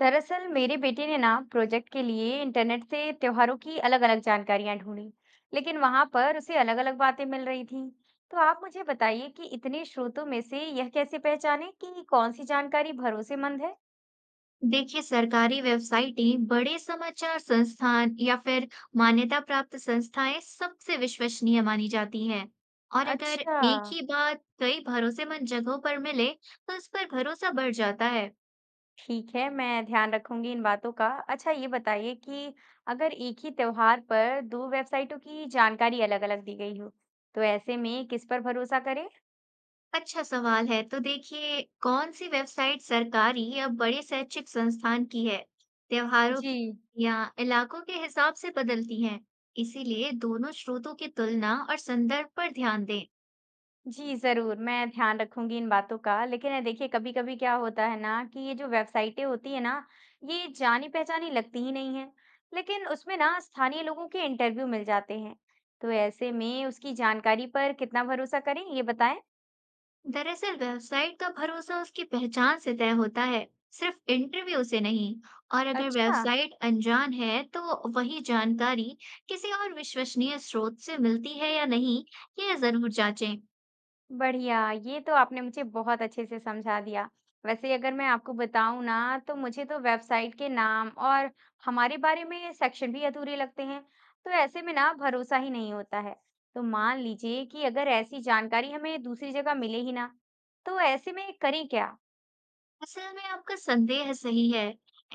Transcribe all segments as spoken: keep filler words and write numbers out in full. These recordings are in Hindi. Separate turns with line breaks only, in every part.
दरअसल मेरे बेटे ने ना प्रोजेक्ट के लिए इंटरनेट से त्योहारों की अलग-अलग जानकारियां ढूंढी, लेकिन वहां पर उसे अलग-अलग बातें मिल रही थीं। तो आप मुझे बताइए कि इतने स्रोतों में से यह कैसे पहचानें कि कौन सी जानकारी भरोसेमंद है?
देखिए सरकारी वेबसाइटें बड़े समाचार संस्थान या फिर मान्यता प्राप्त संस्थाएं सबसे विश्वसनीय मानी जाती हैं और अगर
अच्छा,
एक ही बात कई भरोसेमंद जगहों पर मिले तो उस पर भरोसा बढ़ जाता है।
ठीक है, मैं ध्यान रखूंगी इन बातों का। अच्छा, ये बताइए कि अगर एक ही त्योहार पर दो वेबसाइटों की जानकारी अलग-अलग दी गई हो, तो ऐसे में किस पर भरोसा करें?
अच्छा सवाल है, तो देखिए कौन सी वेबसाइट सरकारी या बड़े शैक्षिक संस्थान की है, त्योहारों
जी
की या इलाकों के हिसाब से बदलती हैं। इसीलिए दोनों स्रोतों की तुलना और संदर्भ पर ध्यान दें।
जी, ज़रूर, मैं ध्यान रखूँगी इन बातों का। लेकिन ये देखिए कभी-कभी क्या होता है ना कि ये जो वेबसाइटें होती हैं ना, ये जानी-पहचानी लगती ही नहीं हैं, लेकिन उसमें ना स्थानीय लोगों के इंटरव्यू मिल जाते हैं। तो ऐसे में उसकी जानकारी पर कितना भरोसा करें, ये बताएँ?
दरअसल वेबसाइट का भरोसा उसकी पहचान से तय होता है, सिर्फ इंटरव्यू से नहीं। और अगर
अच्छा।
वेबसाइट अनजान है, तो वही जानकारी किसी और विश्वसनीय स्रोत से मिलती है या नहीं, यह जरूर जांचें।
बढ़िया, ये तो आपने मुझे बहुत अच्छे से समझा दिया। वैसे अगर मैं आपको बताऊँ ना, तो मुझे तो वेबसाइट के नाम और हमारे बारे में सेक्शन भी अधूरे लगते हैं, तो ऐसे में ना भरोसा ही नहीं होता है। तो मान लीजिए कि अगर ऐसी जानकारी हमें दूसरी जगह मिले ही ना, तो ऐसे में करें क्या?
असल में आपका संदेह सही है।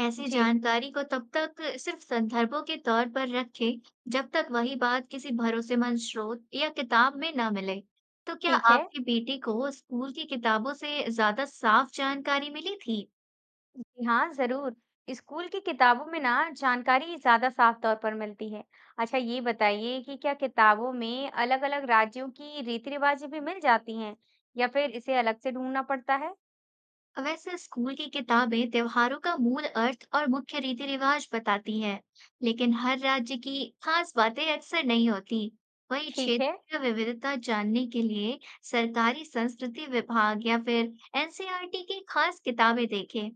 ऐसी
जी,
जानकारी को तब तक सिर्फ संदर्भों के तौर पर रखें, जब तक वही बात किसी भरोसेमंद स्रोत या किताब में ना मिले। तो क्या
ठीक है।
आपकी बेटी को स्कूल की किताबों से ज्यादा साफ जानकारी मिली थी?
जी हाँ, जरूर। स्कूल की किताबों में ना जानकारी ज्यादा साफ तौर पर मिलती है। अच्छा ये बताइए कि क्या किताबों में अलग-अलग राज्यों की रीति-रिवाजें भी मिल जाती हैं या फिर इसे अलग से ढूंढना पड़ता है?
वैसे स्कूल की किताबें त्योहारों का मूल अर्थ और मुख्य रीति रिवाज बताती हैं, लेकिन हर राज्य की खास बातें अक्सर नहीं होती। वही
ठीक है।
क्षेत्रीय विविधता जानने के लिए सरकारी संस्कृति विभाग या फिर N C E R T की खास किताबें देखें।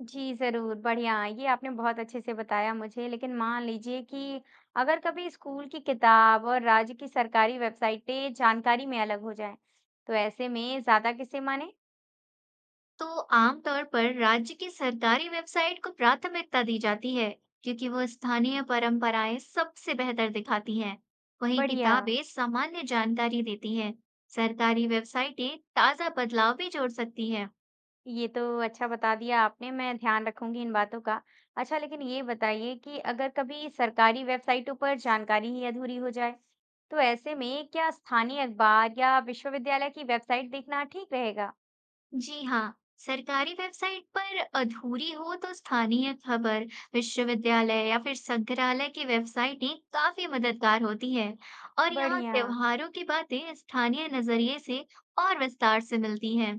जी जरूर, बढ़िया। ये आपने बहुत अच्छे से बताया मुझे। लेकिन मान लीजिए कि अगर कभी स्कूल की किताब और राज्य की सरकारी वेबसाइटें जानकारी में अलग हो जाएं, तो ऐसे में ज्यादा किसे माने?
तो आमतौर पर राज्य की सरकारी वेबसाइट को प्राथमिकता दी जाती है क्योंकि वो स्थानीय परंपराएं सबसे बेहतर दिखाती हैं। वहीं
बढ़िया।
किताबें सामान्य जानकारी देती हैं। सरकारी वेबसाइटें ताज़ा बदलाव भी जोड़ सकती हैं।
ये तो अच्छा बता दिया आपने, मैं ध्यान रखूँगी इन बातों का। अच्छा लेकिन ये बताइए कि अगर कभी सरकारी वेबसाइटों पर जानकारी ही अधूरी हो जाए, तो ऐसे में क्या स्थानीय अखबार या विश्वविद्यालय की वेबसाइट देखना ठीक रहेगा?
जी हाँ, सरकारी वेबसाइट पर अधूरी हो तो स्थानीय खबर, विश्वविद्यालय या फिर संग्रहालय की वेबसाइटें काफी मददगार होती हैं। और यहाँ
बढ़िया
त्योहारों की बातें स्थानीय नजरिए से और विस्तार से मिलती हैं।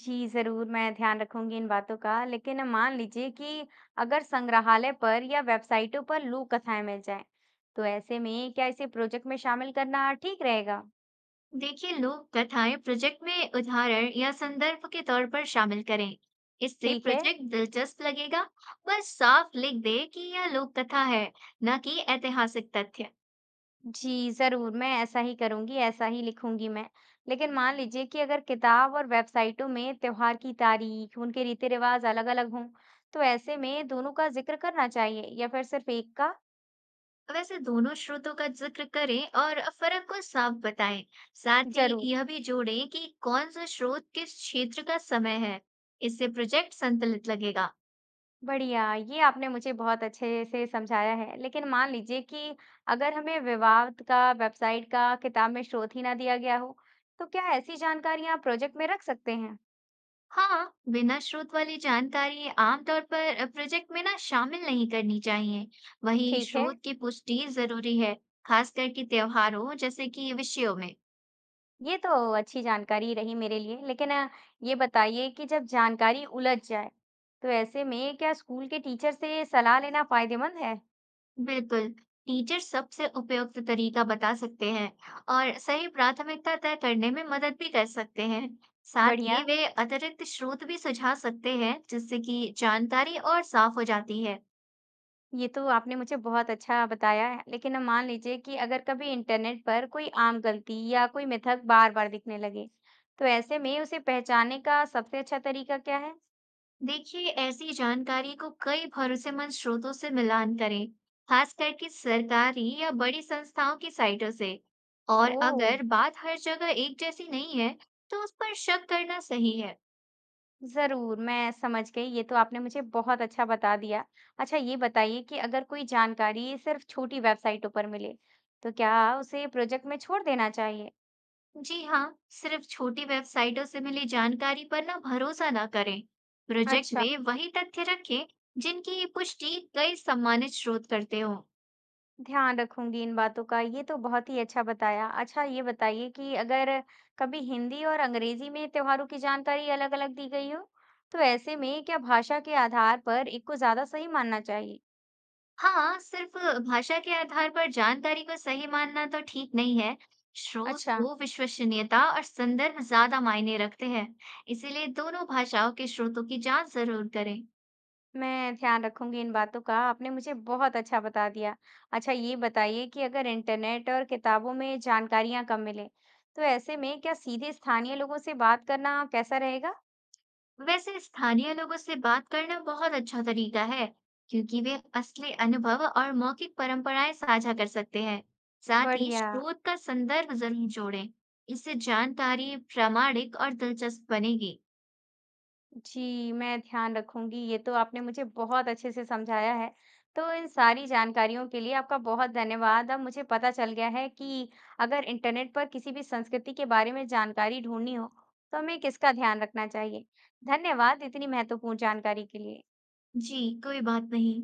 जी, ज़रूर मैं ध्यान रखूँगी इन बातों का। लेकिन मान लीजिए कि अगर संग्रहालय पर या वेबसाइटों पर लोक कथाएं मिल जाएं, तो ऐसे में क्या इसे प्रोजेक्ट में शामिल करना ठीक रहेगा?
देखिए लोक कथाएं प्रोजेक्ट में उदाहरण या संदर्भ के तौर पर शामिल करें। इससे
ठीक है
प्रोजेक्ट दिलचस्प लगेगा। बस साफ लिख दे कि यह लोक कथा है, न कि ऐतिहासिक तथ्य।
जी, ज़रूर, मैं ऐसा ही करूँगी, ऐसा ही लिखूँगी मैं। लेकिन मान लीजिए कि अगर किताब और वेबसाइटों में त्योहार की तारीख, उनके रीति-रिवाज़ अलग-अलग हों, तो ऐसे में दोनों का ज़िक्र करना चाहिए या फिर सिर्फ़ एक का?
वैसे दोनों स्रोतों का जिक्र करें और फर्क को साफ बताएं। साथ ही
ज़रूर।
यह भी जोड़ें कि कौन सा स्रोत किस क्षेत्र का समय है। इससे प्रोजेक्ट संतुलित लगेगा।
बढ़िया, ये आपने मुझे बहुत अच्छे से समझाया है। लेकिन मान लीजिए कि अगर हमें विवाद का, वेबसाइट का, किताब में स्रोत ही ना दिया गया हो, तो क्या ऐसी जानकारियाँ प्रोजेक्ट में रख सकते हैं?
हाँ, बिना स्रोत वाली जानकारी आमतौर पर प्रोजेक्ट में ना शामिल नहीं करनी चाहिए। वहीं
ठीक है।
स्रोत की पुष्टि जरूरी है, खास करके त्योहारों जैसे कि विषयों में।
ये तो अच्छी जानकारी रही मेरे लिए लेकिन अ, ये बताइए कि जब जानकारी उलझ जाए तो ऐसे में क्या स्कूल के टीचर से सलाह लेना फायदेमंद है।
बिल्कुल, टीचर सबसे उपयुक्त तरीका बता सकते हैं और सही प्राथमिकता तय करने में मदद भी कर सकते हैं। साथ ही
बढ़िया।
वे अतिरिक्त स्रोत भी सुझा सकते हैं, जिससे कि जानकारी और साफ हो जाती है।
ये तो आपने मुझे बहुत अच्छा बताया है लेकिन अब मान लीजिए कि अगर कभी इंटरनेट पर कोई आम गलती या कोई मिथक बार बार दिखने लगे तो ऐसे में उसे पहचानने का सबसे अच्छा तरीका क्या है?
देखिए ऐसी जानकारी को कई भरोसेमंद स्रोतों से मिलान करें, खास करके सरकारी या बड़ी संस्थाओं की साइटों से। और
ओ,
अगर बात हर जगह एक जैसी नहीं है, तो उस पर शक करना सही है।
ज़रूर, मैं समझ गई, ये तो आपने मुझे बहुत अच्छा बता दिया। अच्छा ये बताइए कि अगर कोई जानकारी सिर्फ़ छोटी वेबसाइटों पर मिले, तो क्या उसे प्रोजेक्ट में छोड़ देना चाहिए?
जी हाँ, सिर्फ छोटी वेबसाइटों से मिली जानकारी पर ना भरोसा ना करें। प्रोजेक्ट
अच्छा,
में वही तथ्य रखें जिनकी पुष्टि कई सम्मानित स्रोत करते हों।
ध्यान रखूँगी इन बातों का, ये तो बहुत ही अच्छा बताया। अच्छा ये बताइए कि अगर कभी हिंदी और अंग्रेज़ी में त्योहारों की जानकारी अलग-अलग दी गई हो, तो ऐसे में क्या भाषा के आधार पर एक को ज़्यादा सही मानना चाहिए?
हाँ, सिर्फ भाषा के आधार पर जानकारी को सही मानना तो ठीक नहीं है। स्रोत
अच्छा।
को विश्वसनीयता और संदर्भ ज्यादा मायने रखते हैं। इसीलिए दोनों भाषाओं के स्रोतों की जांच जरूर करें।
मैं ध्यान रखूंगी इन बातों का। आपने मुझे बहुत अच्छा बता दिया। अच्छा ये बताइए कि अगर इंटरनेट और किताबों में जानकारियाँ कम मिले, तो ऐसे में क्या सीधे स्थानीय लोगों से बात करना कैसा रहेगा?
वैसे स्थानीय लोगों से बात करना बहुत अच्छा तरीका है, क्योंकि वे असली अनुभव और मौखिक परंपराएं साझा कर सकते हैं। साथ ही
बढ़िया।
स्रोत का संदर्भ जरूर जोड़ें। इससे जानकारी प्रामाणिक और दिलचस्प बनेगी।
जी, मैं ध्यान रखूंगी। ये तो आपने मुझे बहुत अच्छे से समझाया है। तो इन सारी जानकारियों के लिए आपका बहुत धन्यवाद। अब मुझे पता चल गया है कि अगर इंटरनेट पर किसी भी संस्कृति के बारे में जानकारी ढूँढनी हो, तो हमें किसका ध्यान रखना चाहिए। धन्यवाद इतनी महत्वपूर्ण जानकारी के लिए।
जी, कोई बात नहीं।